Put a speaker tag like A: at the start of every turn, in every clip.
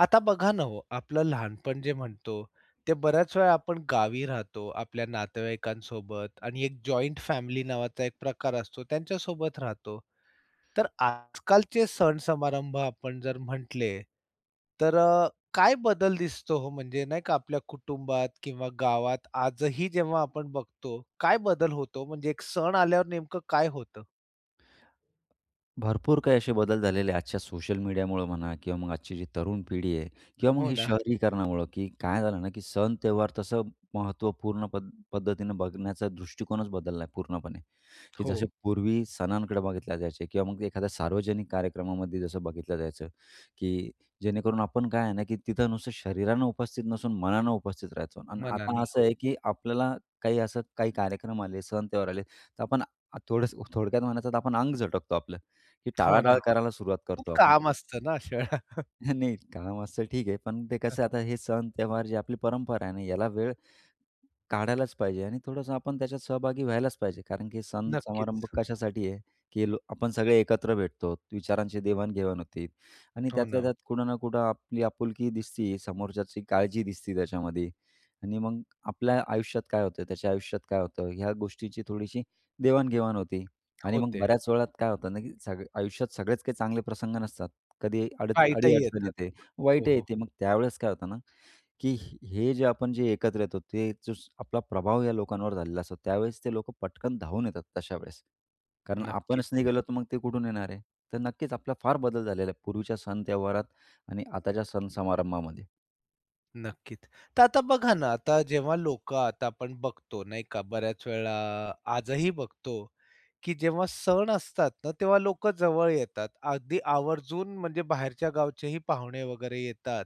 A: आता बघा ना हो, आपलं लहानपण जे म्हणतो ते बऱ्याच वेळा आपण गावी राहतो आपल्या नातेवाईकांसोबत आणि एक जॉईंट फॅमिली नावाचा एक प्रकार असतो त्यांच्यासोबत राहतो. तर आजकालचे सण समारंभ आपण जर म्हटले, तर काय बदल दिसतो हो म्हणजे नाही का आपल्या कुटुंबात किंवा गावात आजही जेव्हा आपण बघतो, काय बदल होतो? म्हणजे एक सण आल्यावर नेमकं काय होतं?
B: भरपूर काही असे बदल झालेले आहे आजच्या सोशल मीडियामुळं म्हणा किंवा मग आजची जी तरुण पिढी आहे किंवा मग
A: हो
B: हे
A: ना.
B: शहरीकरणामुळं, की काय झालं ना, की सण-त्योहार तसं महत्त्वपूर्ण पद्धतीनं बघण्याचा दृष्टिकोनच बदलला आहे पूर्णपणे. की
A: हो.
B: जसे पूर्वी सणांकडे बघितल्या जायचे किंवा मग एखाद्या सार्वजनिक कार्यक्रमामध्ये जसं बघितलं जायचं, की जेणेकरून आपण काय आहे ना, की तिथं नुसतं शरीरानं उपस्थित नसून मनानं उपस्थित राहायचो आणि आता
A: मनाने.
B: असं
A: हो.
B: आहे, की आपल्याला काही असं काही कार्यक्रम आले, सण त्योहार आले, तर आपण थोडंसं थोडक्यात म्हणायचं तर आपण अंग झटकतो आपलं, की
A: हो ना.
B: टाळाटाळ करायला सुरुवात
A: खूप
B: करतो आपण.
A: काम असतं ना अशा वेळेला.
B: नाही, काम असतं ठीक आहे, पण ते कसं आता हे सण त्योहार जी आपली परंपरा आहे ना, याला वेळ काढायलाच पाहिजे आणि थोडंसं आपण त्याच्यात सहभागी व्हायलाच पाहिजे. कारण की सण
A: नक्कीच.
B: समारंभ कशासाठी आहे, की लो आपण सगळे एकत्र भेटतो, विचारांची देवाण-घेवाण होते आणि
A: हो ना.
B: त्यातल्या
A: हो.
B: त्यात कुठं ना कुठं आपली आपुलकी दिसती, समोरच्याची काळजी दिसती त्याच्यामध्ये आणि मग आपल्या आयुष्यात काय होतं, त्याच्या आयुष्यात काय होतं, ह्या गोष्टीची थोडीशी देवाण होती आणि मग
A: होते.
B: बऱ्याच वेळात काय होतं ना, की आयुष्यात सगळेच काही चांगले प्रसंग नसतात. कधी
A: पायथ्याही
B: अडी-अडचण
A: येतात.
B: येते,
A: हो,
B: वाईटही
A: हो.
B: येते. मग त्यावेळेस काय होतं ना, की हे जे आपण जे एकत्र येतो, ते आपला प्रभाव या लोकांवर झालेला असतो, त्यावेळेस ते लोकं पटकन धावून येतात तशा वेळेस. कारण आपणच नाही
A: नक्कीच,
B: गेलो, तर मग ते कुठून येणार आहे? तर नक्कीच आपला फार बदल झालेला आहे पूर्वीच्या सण त्योहारात आणि आताच्या सण समारंभामध्ये.
A: नक्कीच. तर आता बघा ना, आता जेव्हा लोकं आता आपण बघतो नाही का, बऱ्याच वेळा आजही बघतो, की जेव्हा सण असतात ना, तेव्हा लोकं जवळ येतात. अगदी आवर्जून म्हणजे बाहेरच्या गावचेही पाहुणे वगैरे येतात.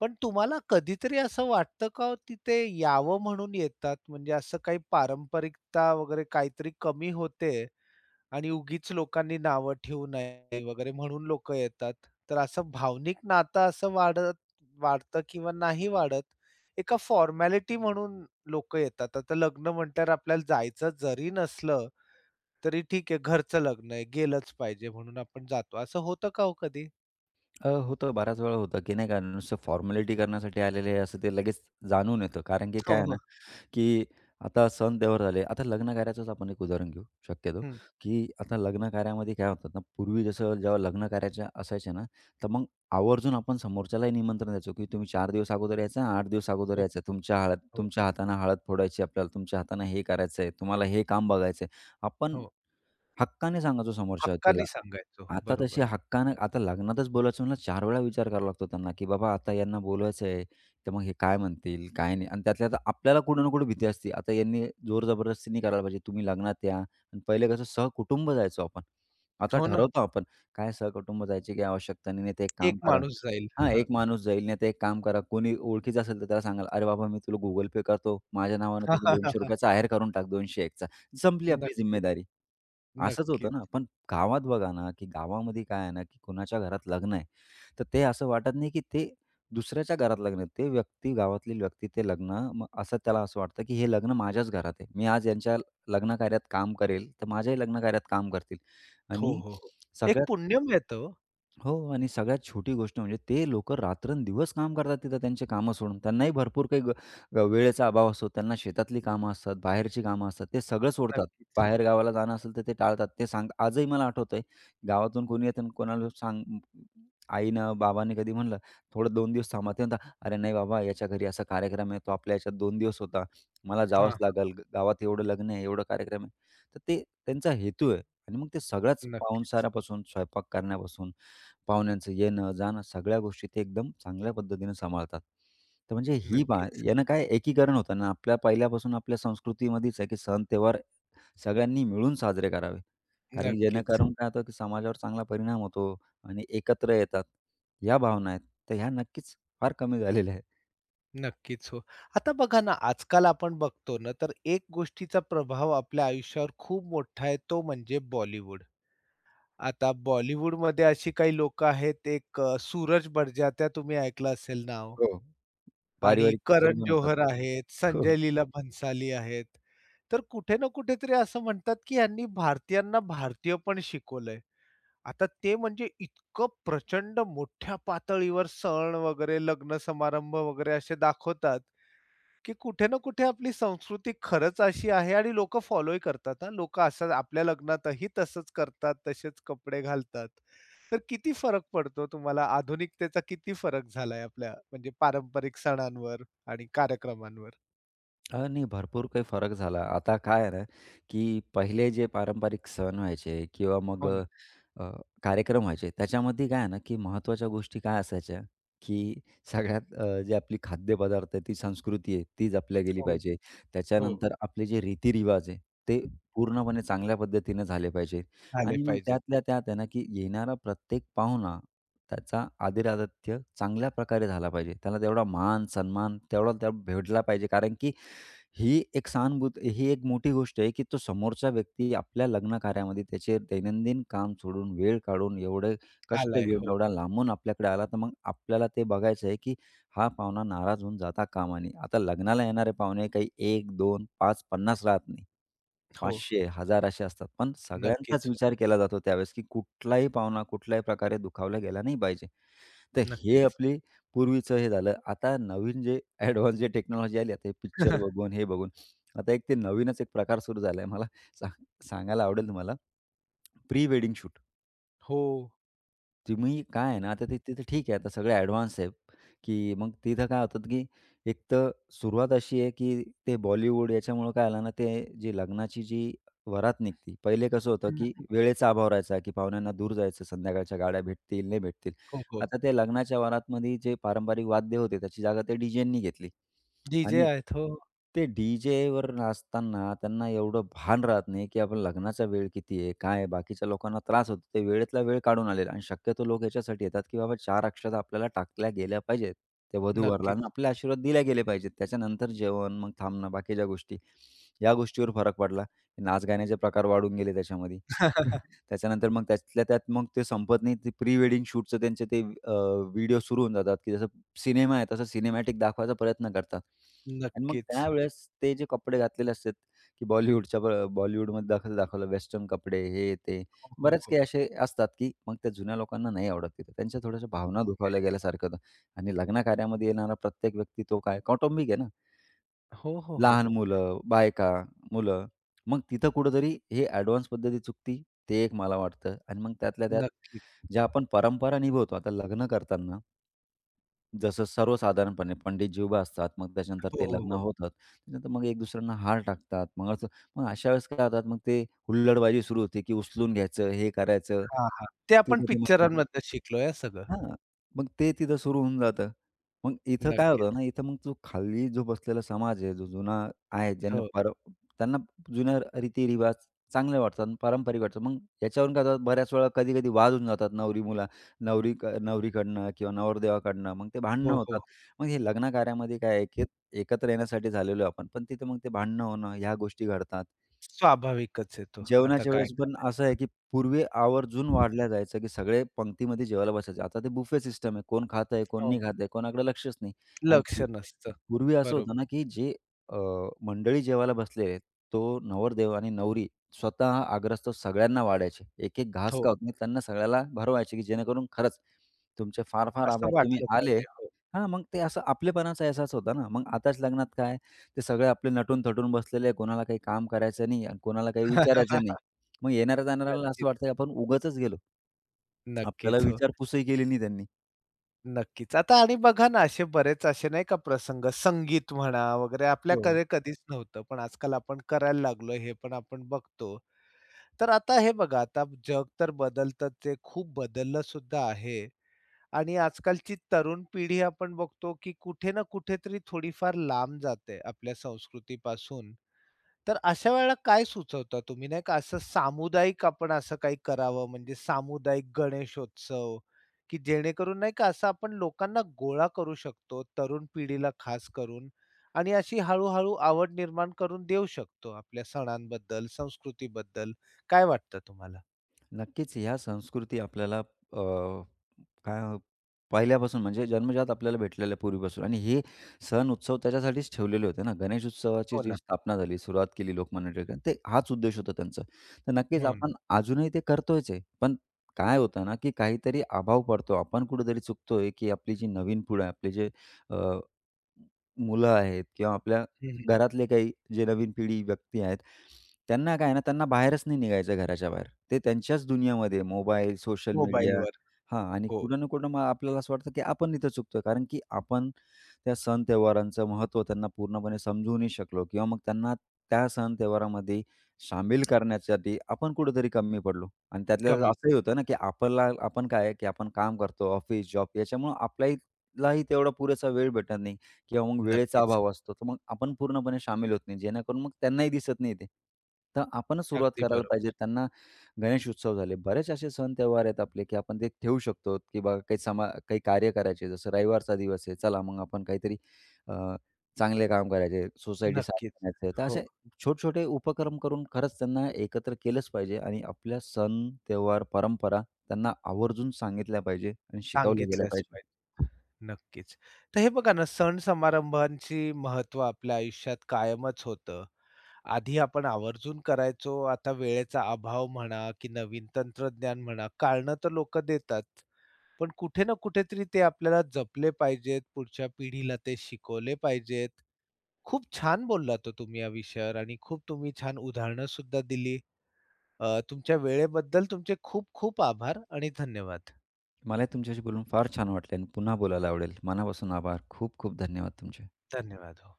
A: पण तुम्हाला कधीतरी असं वाटतं का हो, तिथे यावं म्हणून येतात? म्हणजे असं काही पारंपरिकता वगैरे काहीतरी कमी होते आणि उगीच लोकांनी नावं ठेवू नये वगैरे म्हणून लोकं येतात. तर असं भावनिक नातं असं वाढतं किंवा नाही वाढत, एका फॉर्मॅलिटी म्हणून लोक येतात. आता लग्न म्हटल्यावर आपल्याला जायचं जरी नसलं, तरी ठीक आहे घरचं लग्न आहे, गेलंच पाहिजे म्हणून आपण जातो. असं होतं का हो कधी?
B: होतं बऱ्याच वेळा होतं, की नाही का नुसतं फॉर्मॅलिटी करण्यासाठी आलेले आहे, असं ते लगेच जाणून येतं. कारण की
A: हो,
B: काय आहे
A: हो.
B: ना, की आता सण त्योहार झाले. आता लग्न कार्याचंच आपण एक उदाहरण घेऊ शक्यतो,
A: हं.
B: की आता लग्न कार्यामध्ये काय होतात ना, पूर्वी जसं जेव्हा लग्न कार्याचे असायचे ना, तर मग आवर्जून आपण समोरच्यालाही निमंत्रण द्यायचो, की तुम्ही 4 दिवस अगोदर यायचं, 8 दिवस अगोदर
A: हो,
B: यायचं.
A: हो,
B: तुमच्या हातानं हळद फोडायची आपल्याला, तुमच्या हातानं हे करायचं आहे, तुम्हाला हे काम बघायचं आहे. आपण
A: हो.
B: हक्काने सांगायचो समोरच्या व्यक्तीला.
A: हक्काने सांगायचो.
B: आता
A: बरोबर.
B: तशी हक्कानं आता लग्नातच बोलायचं म्हणलं 4 वेळा विचार करावा लागतो त्यांना, की बाबा आता यांना बोलवायचं आहे, तर मग हे काय म्हणतील, काय नाही आणि त्यातल्या त्यात आपल्याला कुठं ना कुठं भीती असते. आता यांनी जोर जबरदस्ती नाही करायला पाहिजे. तुम्ही लग्नात या आणि पहिले कसं सहकुटुंब जायचो आपण. आता
A: हो ना.
B: ठरवतो आपण, काय सहकुटुंब जायची काही आवश्यकता नाही. नाही तर एक
A: एक
B: काम करा,
A: माणूस जाईल.
B: हां,
A: हां.
B: एक माणूस जाईल, नाही तर एक काम करा. कोणी ओळखीचं असेल तर त्याला सांगाल, "अरे बाबा मी तुला Google Pay करतो. माझ्या नावानं तिथे ₹200 चा आहेर करून टाक, 201 चा." संपली आपली
A: नक्कीच,
B: जिम्मेदारी. असंच होतं ना,
A: नक्कीच.
B: पण गावात बघा ना, की गावामध्ये काय आहे ना, की कुणाच्या घरात लग्न आहे, तर ते असं वाटत नाही, की ते दुसऱ्याच्या घरात लग्न आहे. ते व्यक्ती गावातली व्यक्ती ते लग्न मग असं त्याला असं वाटतं, की हे लग्न माझ्याच घरात आहे. मी आज यांच्या लग्न कार्यात काम करेल, तर माझ्याही लग्न कार्यात काम करतील
A: हो,
B: आणि
A: हो, हो. एक
B: सगळ्यात
A: पुण्य मिळतं हो.
B: हो आणि सगळ्यात छोटी गोष्ट म्हणजे ते लोकं रात्रंदिवस काम करतात तिथं त्यांची कामं सोडून. त्यांनाही भरपूर काही वेळेचा अभाव असतो. त्यांना शेतातली कामं असतात, बाहेरची कामं असतात. ते सगळं सोडतात. बाहेर गावाला जाणं असेल तर ते टाळतात. ते सांगतात आजही मला आठवतंय गावातून कोणी येतं आणि कोणाला सांग आईनं, बाबांनी कधी म्हणलं, "थोडं 2 दिवस थांबा." ते म्हणतात, "अरे नाही बाबा, याच्या घरी असा कार्यक्रम आहे. तो आपल्या ह्याच्यात 2 दिवस होता. मला जावंच लागेल. गावात एवढं लग्न आहे, एवढा कार्यक्रम आहे." तर ते त्यांचा हेतू आहे आणि मग ते सगळ्याच
A: नक्की,
B: पाहुणचारापासून, स्वयंपाक करण्यापासून, पाहुण्यांचं येणं-जाणं सगळ्या गोष्टी ते एकदम चांगल्या पद्धतीने सांभाळतात. तर म्हणजे ही पहा
A: नक्कीच,
B: यानं काय एकीकरण होतं ना, आपल्या पहिल्यापासून आपल्या संस्कृतीमध्येच आहे, की सण त्योहार सगळ्यांनी मिळून साजरे करावे. कारण की
A: नक्कीच,
B: जेणेकरून काय होतं, की समाजावर चांगला परिणाम होतो आणि एकत्र येतात, या भावना आहेत. तर ह्या नक्कीच फार कमी झालेल्या आहेत.
A: नक्कीच हो. आता बघा ना, आजकाल आपण बघतो ना, तर एक गोष्टीचा प्रभाव आपल्या आयुष्यावर खूप मोठा आहे, तो म्हणजे बॉलिवूड. आता बॉलिवूडमध्ये अशी काही लोकं आहेत, एक सूरज बडजात्या तुम्ही ऐकलं असेल नाव
B: हो.
A: आणि
B: पारिवारिक पिक्चर
A: करण
B: बनवतात.
A: जोहर आहेत,
B: हो.
A: संजय लीला भंसाली आहेत. तर कुठे ना कुठेतरी असं म्हणतात, की ह्यांनी भारतीयांना भारतीय पण शिकवलंय. आता ते म्हणजे इतकं प्रचंड मोठ्या पातळीवर सण वगैरे, लग्न समारंभ वगैरे असे दाखवतात, की कुठे ना कुठे आपली संस्कृती खरंच अशी आहे आणि लोकं फॉलोही करतात हां. लोकं असं आपल्या लग्नातही तसंच करतात, तसेच कपडे घालतात. तर किती फरक पडतो तुम्हाला? आधुनिकतेचा किती फरक झालाय आपल्या म्हणजे पारंपरिक सणांवर आणि कार्यक्रमांवर?
B: नाही भरपूर काही फरक झाला. आता काय आहे ना, की पहिले जे पारंपरिक सण व्हायचे किंवा मग
A: हो
B: अ,
A: ना.
B: अ, कार्यक्रम व्हायचे त्याच्यामध्ये काय आहे ना, की महत्त्वाच्या गोष्टी काय असायच्या, की सगळ्यात जी आपली खाद्यपदार्थ आहे, ती संस्कृती आहे, ती जपल्या गेली
A: हो,
B: पाहिजे.
A: हो.
B: त्याच्यानंतर आपले जे रीतिरिवाज आहे, ते पूर्णपणे चांगल्या पद्धतीने झाले पाहिजे.
A: आले
B: आणि मग
A: पाहिजेत.
B: त्यातल्या त्यात आहे ना, की येणारा प्रत्येक पाहुणा त्याचा आदरातिथ्य चांगल्या प्रकारे झाला पाहिजे. त्याला तेवढा मान, सन्मान तेवढा त्या भेटला पाहिजे. कारण की ही एक सहानुभूत ही एक मोठी गोष्ट आहे, की तो समोरचा व्यक्ती आपल्या लग्न कार्यामध्ये त्याचे दैनंदिन काम सोडून, वेळ काढून, एवढे कष्ट
A: आलाय.
B: घेऊन,
A: हो,
B: एवढा लांबून आपल्याकडे आला, तर मग आपल्याला ते बघायचं आहे, की हा पाहुणा नाराज होऊन जाता कामा नये. आता लग्नाला येणारे पाहुणे काही 1, 2, 5, 50 राहत नाही.
A: हो.
B: 500, 1000 असे असतात. पण सगळ्यांचाच
A: नक्कीच, हो.
B: विचार केला जातो त्यावेळेस, की कुठलाही पाहुणा कुठल्याही प्रकारे दुखावला गेला नाही पाहिजे. तर हे
A: नक्कीच.
B: आपली पूर्वीचं हे झालं. आता नवीन जे ॲडव्हान्स जे टेक्नॉलॉजी आली आता हे पिक्चर बघून, हे बघून. आता एक ते नवीनच एक प्रकार सुरू झाला आहे. मला सांग सांगायला आवडेल तुम्हाला प्री वेडिंग शूट.
A: हो.
B: तुम्ही काय आहे ना, आता ते तिथं ठीक आहे. आता सगळे ॲडव्हान्स आहे, की मग तिथं काय होतात, की एक तर सुरुवात अशी आहे, की ते बॉलिवूड याच्यामुळं काय आलं ना, ते जी वरात निघते. पहिले कसं होतं, की
A: हं.
B: वेळेचा अभाव राहायचा, की पाहुण्यांना दूर जायचं, संध्याकाळच्या गाड्या भेटतील, नाही भेटतील.
A: हो, हो.
B: आता त्या लग्नाच्या वरातमध्ये जे पारंपरिक वाद्य होते, त्याची जागा ते डीजेंनी घेतली.
A: डी-जे
B: आणि
A: आहेत. हो,
B: ते डीजे वर नाचताना त्यांना एवढं भान राहत नाही, की आपण लग्नाचा वेळ किती आहे, काय आहे? बाकीच्या लोकांना त्रास होतो. ते वेळेतला वेळ काढून आलेले आणि शक्यतो लोक याच्यासाठी येतात, की बाबा 4 अक्षता आपल्याला टाकल्या गेल्या पाहिजेत. त्या वधू-वराला आणि
A: नक्कीच.
B: आपले आशीर्वाद दिले गेले पाहिजेत. त्याच्यानंतर जेवण, मग थांबणं, बाकीच्या गोष्टी. या गोष्टीवर फरक पडला. नाच-गाण्याचे प्रकार वाढून गेले त्याच्यामध्ये. त्याच्यानंतर मग त्यातल्या त्यात मग ते संपत नाही. ते प्री वेडिंग शूटचं त्यांचे ते व्हिडिओ सुरू होऊन जातात, की जसं सिनेमा आहे तसा सिनेमॅटिक दाखवायचा प्रयत्न करतात. आणि मग
A: नक्कीच.
B: त्यावेळेस ते जे कपडे घातलेले असतात, की बॉलिवूडच्या ब बॉलिवूडमध्ये दाखवलं वेस्टर्न कपडे हे ते.
A: हो, हो,
B: बरेच
A: हो.
B: काही असे असतात, की मग त्या जुन्या लोकांना नाही आवडत तिथं. त्यांच्या थोड्याशा भावना दुखावल्या गेल्यासारखं होतं. आणि लग्नकार्यामध्ये येणारा प्रत्येक व्यक्ती तो काय कौटुंबिक आहे ना.
A: हो, हो, हो.
B: लहान मुलं, बायका, मुलं. मग तिथं कुठेतरी हे ॲडव्हान्स पद्धती चुकती. ते एक मला वाटतं. आणि मग त्यातल्या त्यात
A: नक्कीच.
B: ज्या आपण परंपरा निभवतो आता लग्न करताना जसं सर्वसाधारणपणे पंडित जीवबा असतात, मग त्याच्यानंतर
A: हो,
B: ते
A: हो,
B: लग्न
A: हो.
B: होतात. त्याच्यानंतर मग एक दुसऱ्यांना हार टाकतात. मग अशा वेळेस काय होतात, मग ते हुल्लडबाजी सुरू होते, की उचलून घ्यायचं, हे करायचं.
A: हां, हां. ते आपण
B: तिथं ते मस्त
A: पिक्चरांमधनं शिकलोय हं सगळं.
B: हां. मग ते तिथं सुरू होऊन जातं. मग इथं काय होतं
A: नक्कीच.
B: ना, इथं मग जो खाली बसलेला समाज आहे, जो जुना आहे, ज्यांना
A: हो.
B: पर त्यांना जुन्या रीती-रिवाज चांगले वाटतात, पारंपरिक वाटतात. मग याच्यावरून काय होतात, बऱ्याच वेळा कधी-कधी वाद होऊन जातात नवरी-मुला नवरी नवरीकडनं किंवा नवरदेवाकडनं. मग ते भांडणं
A: हो, हो.
B: होतात.
A: हो.
B: मग हे लग्न कार्यामध्ये काय आहे, की एकत्र येण्यासाठी झालेलो आहे आपण, पण तिथे मग ते भांडणं होणं, ह्या गोष्टी घडतात.
A: स्वाभाविकच आहे तो. आता
B: जेवणाच्या
A: काय
B: वेळेस पण असं आहे, की पूर्वी आवर्जून
A: करणार?
B: वाढल्या जायचं, की सगळे पंक्तीमध्ये जेवायला बसायचे. आता ते बुफे सिस्टम आहे. कोण खातंय, कोण
A: हो,
B: नाही खातंय, कोणाकडे लक्षच नाही आणि
A: लक्ष नसतं.
B: पूर्वी असं होतं
A: बरोबर.
B: ना, की जे अ, मंडळी जेवायला बसले, तो नवरदेव आणि नवरी स्वतः आग्रस्त सगळ्यांना वाढायचे. एक-एक घास
A: हो,
B: का होत नाही, त्यांना सगळ्याला भरवायचे, की जेणेकरून खरंच तुमचे फार-फार
A: असं
B: आभार. तुम्ही
A: वाटलं
B: आले,
A: पाहिजे. हो.
B: हां, मग ते असं आपलेपणाचा अहसास होता ना. मग आताच लग्नात काय, ते सगळे आपले नटून-थटून बसलेले कोणाला काही काम करायचं नाही आणि कोणाला काही विचारायचं नाही. मग येणाऱ्या-जाणाऱ्याला असं
A: नक्कीच.
B: वाटतं, की आपण उगाचच गेलो. आपल्याला
A: नक्कीच. हो.
B: विचारपूसही केली नाही त्यांनी.
A: नक्कीच. आता आणि बघा ना, असे बरेच असे नाही का प्रसंग संगीत म्हणा वगैरे
B: हो.
A: आपल्याकडे कधीच नव्हतं. पण आजकाल आपण करायला लागलोय हे पण आपण बघतो. तर आता हे बघा, आता जग तर बदलतच आहे, खूप बदललं सुद्धा आहे आणि आजकालची तरुण पिढी आपण बघतो, की कुठे ना कुठेतरी थोडीफार लांब जाते आपल्या संस्कृतीपासून. तर अशा वेळेला काय सुचवता तुम्ही? नाही का असं सामुदायिक आपण असं काही करावं म्हणजे सामुदायिक गणेशोत्सव, की जेणेकरून नाही का असं आपण लोकांना गोळा करू शकतो, तरुण पिढीला खास करून आणि अशी हळू आवड निर्माण करून देऊ शकतो आपल्या सणांबद्दल, संस्कृतीबद्दल. काय वाटतं तुम्हाला?
B: नक्कीच ह्या संस्कृती आपल्याला काय अ, पहिल्यापासून म्हणजे जन्मजात आपल्याला भेटलेलं आहे पूर्वीपासून आणि हे सण उत्सव त्याच्यासाठीच ठेवलेले होते ना. गणेश उत्सवाची
A: हो
B: जी
A: ना,
B: स्थापना झाली, सुरुवात केली लोकमान्य टिळकांनी ते हाच उद्देश होता त्यांचा. तर नक्कीच
A: हो ना.
B: आपण अजूनही ते करतोयच आहे. पण काय होतं ना, की काहीतरी अभाव पडतो. आपण कुठेतरी चुकतोय, की आपली जी नवीन पिढी आहे, आपले जे मुलं आहेत किंवा आपल्या
A: हं,
B: घरातले काही जे नवीन पिढी व्यक्ती आहेत, त्यांना काय आहे ना, त्यांना बाहेरच नाही निघायचं घराच्या बाहेर. ते त्यांच्याच दुनियामध्ये मोबाईल, सोशल मीडिया,
A: मोबाईलवर.
B: हां, आणि
A: हो,
B: कुठं ना कुठं मग आपल्याला असं वाटतं, की आपण इथं चुकतोय. कारण की आपण त्या सण त्योहारांचं महत्त्व त्यांना पूर्णपणे समजू नाही शकलो किंवा मग त्यांना त्या सण त्योहारामध्ये सामील करण्यासाठी आपण कुठेतरी कमी पडलो आणि त्यातल्या त्यात
A: कमी पड
B: असंही होतं ना, की आपल्याला आपण काय आहे, की आपण काम करतो, ऑफिस, जॉब याच्यामुळं आपल्यालाही तेवढा पुरेसा वेळ भेटत नाही. किंवा मग वेळेचा
A: नक्कीच.
B: अभाव असतो, तर मग आपण पूर्णपणे शामील होत नाही, जेणेकरून मग त्यांनाही दिसत नाही ते. तर आपणच सुरुवात
A: अगदी
B: करायला बरोबर. पाहिजे.
A: बरोबर.
B: त्यांना गणेश उत्सव झाले, बरेच असे सण त्योहार आहेत आपले, की आपण ते ठेवू शकतो, की बघा काही काही कार्य करायचे, जसं रविवारचा दिवस आहे, चला मग आपण काहीतरी अ, चांगले काम करायचे, सोसायटी साफ
A: नक्कीच.
B: करायचं. तर
A: हो.
B: असे छोटे-छोटे उपक्रम करून खरंच त्यांना एकत्र केलंच पाहिजे आणि आपल्या सण, त्योहार, परंपरा त्यांना आवर्जून सांगितल्या पाहिजे आणि शिकवल्या गेल्या
A: सांगितल्याच
B: पाहिजे.
A: पाहिजेत. नक्कीच. तर हे बघा ना, सण समारंभांची महत्व आपल्या आयुष्यात कायमच होतं. आधी आपण आवर्जून करायचो, आता वेळेचा अभाव म्हणा की नवीन तंत्रज्ञान म्हणा, कारणं तर लोक देतात. पण कुठे ना कुठेतरी ते आपल्याला जपले पाहिजेत, पुढच्या पिढीला ते शिकवले पाहिजेत. खूप छान बोललात हो तुम्ही या विषयावर आणि खूप तुम्ही छान उदाहरणं सुद्धा दिली. तुमच्या वेळेबद्दल तुमचे खूप खूप आभार आणि धन्यवाद.
B: मलाही तुमच्याशी बोलून फार छान वाटले आणि पुन्हा बोलायला आवडेल. मनापासून आभार. खूप खूप धन्यवाद तुमचे.
A: धन्यवाद हो.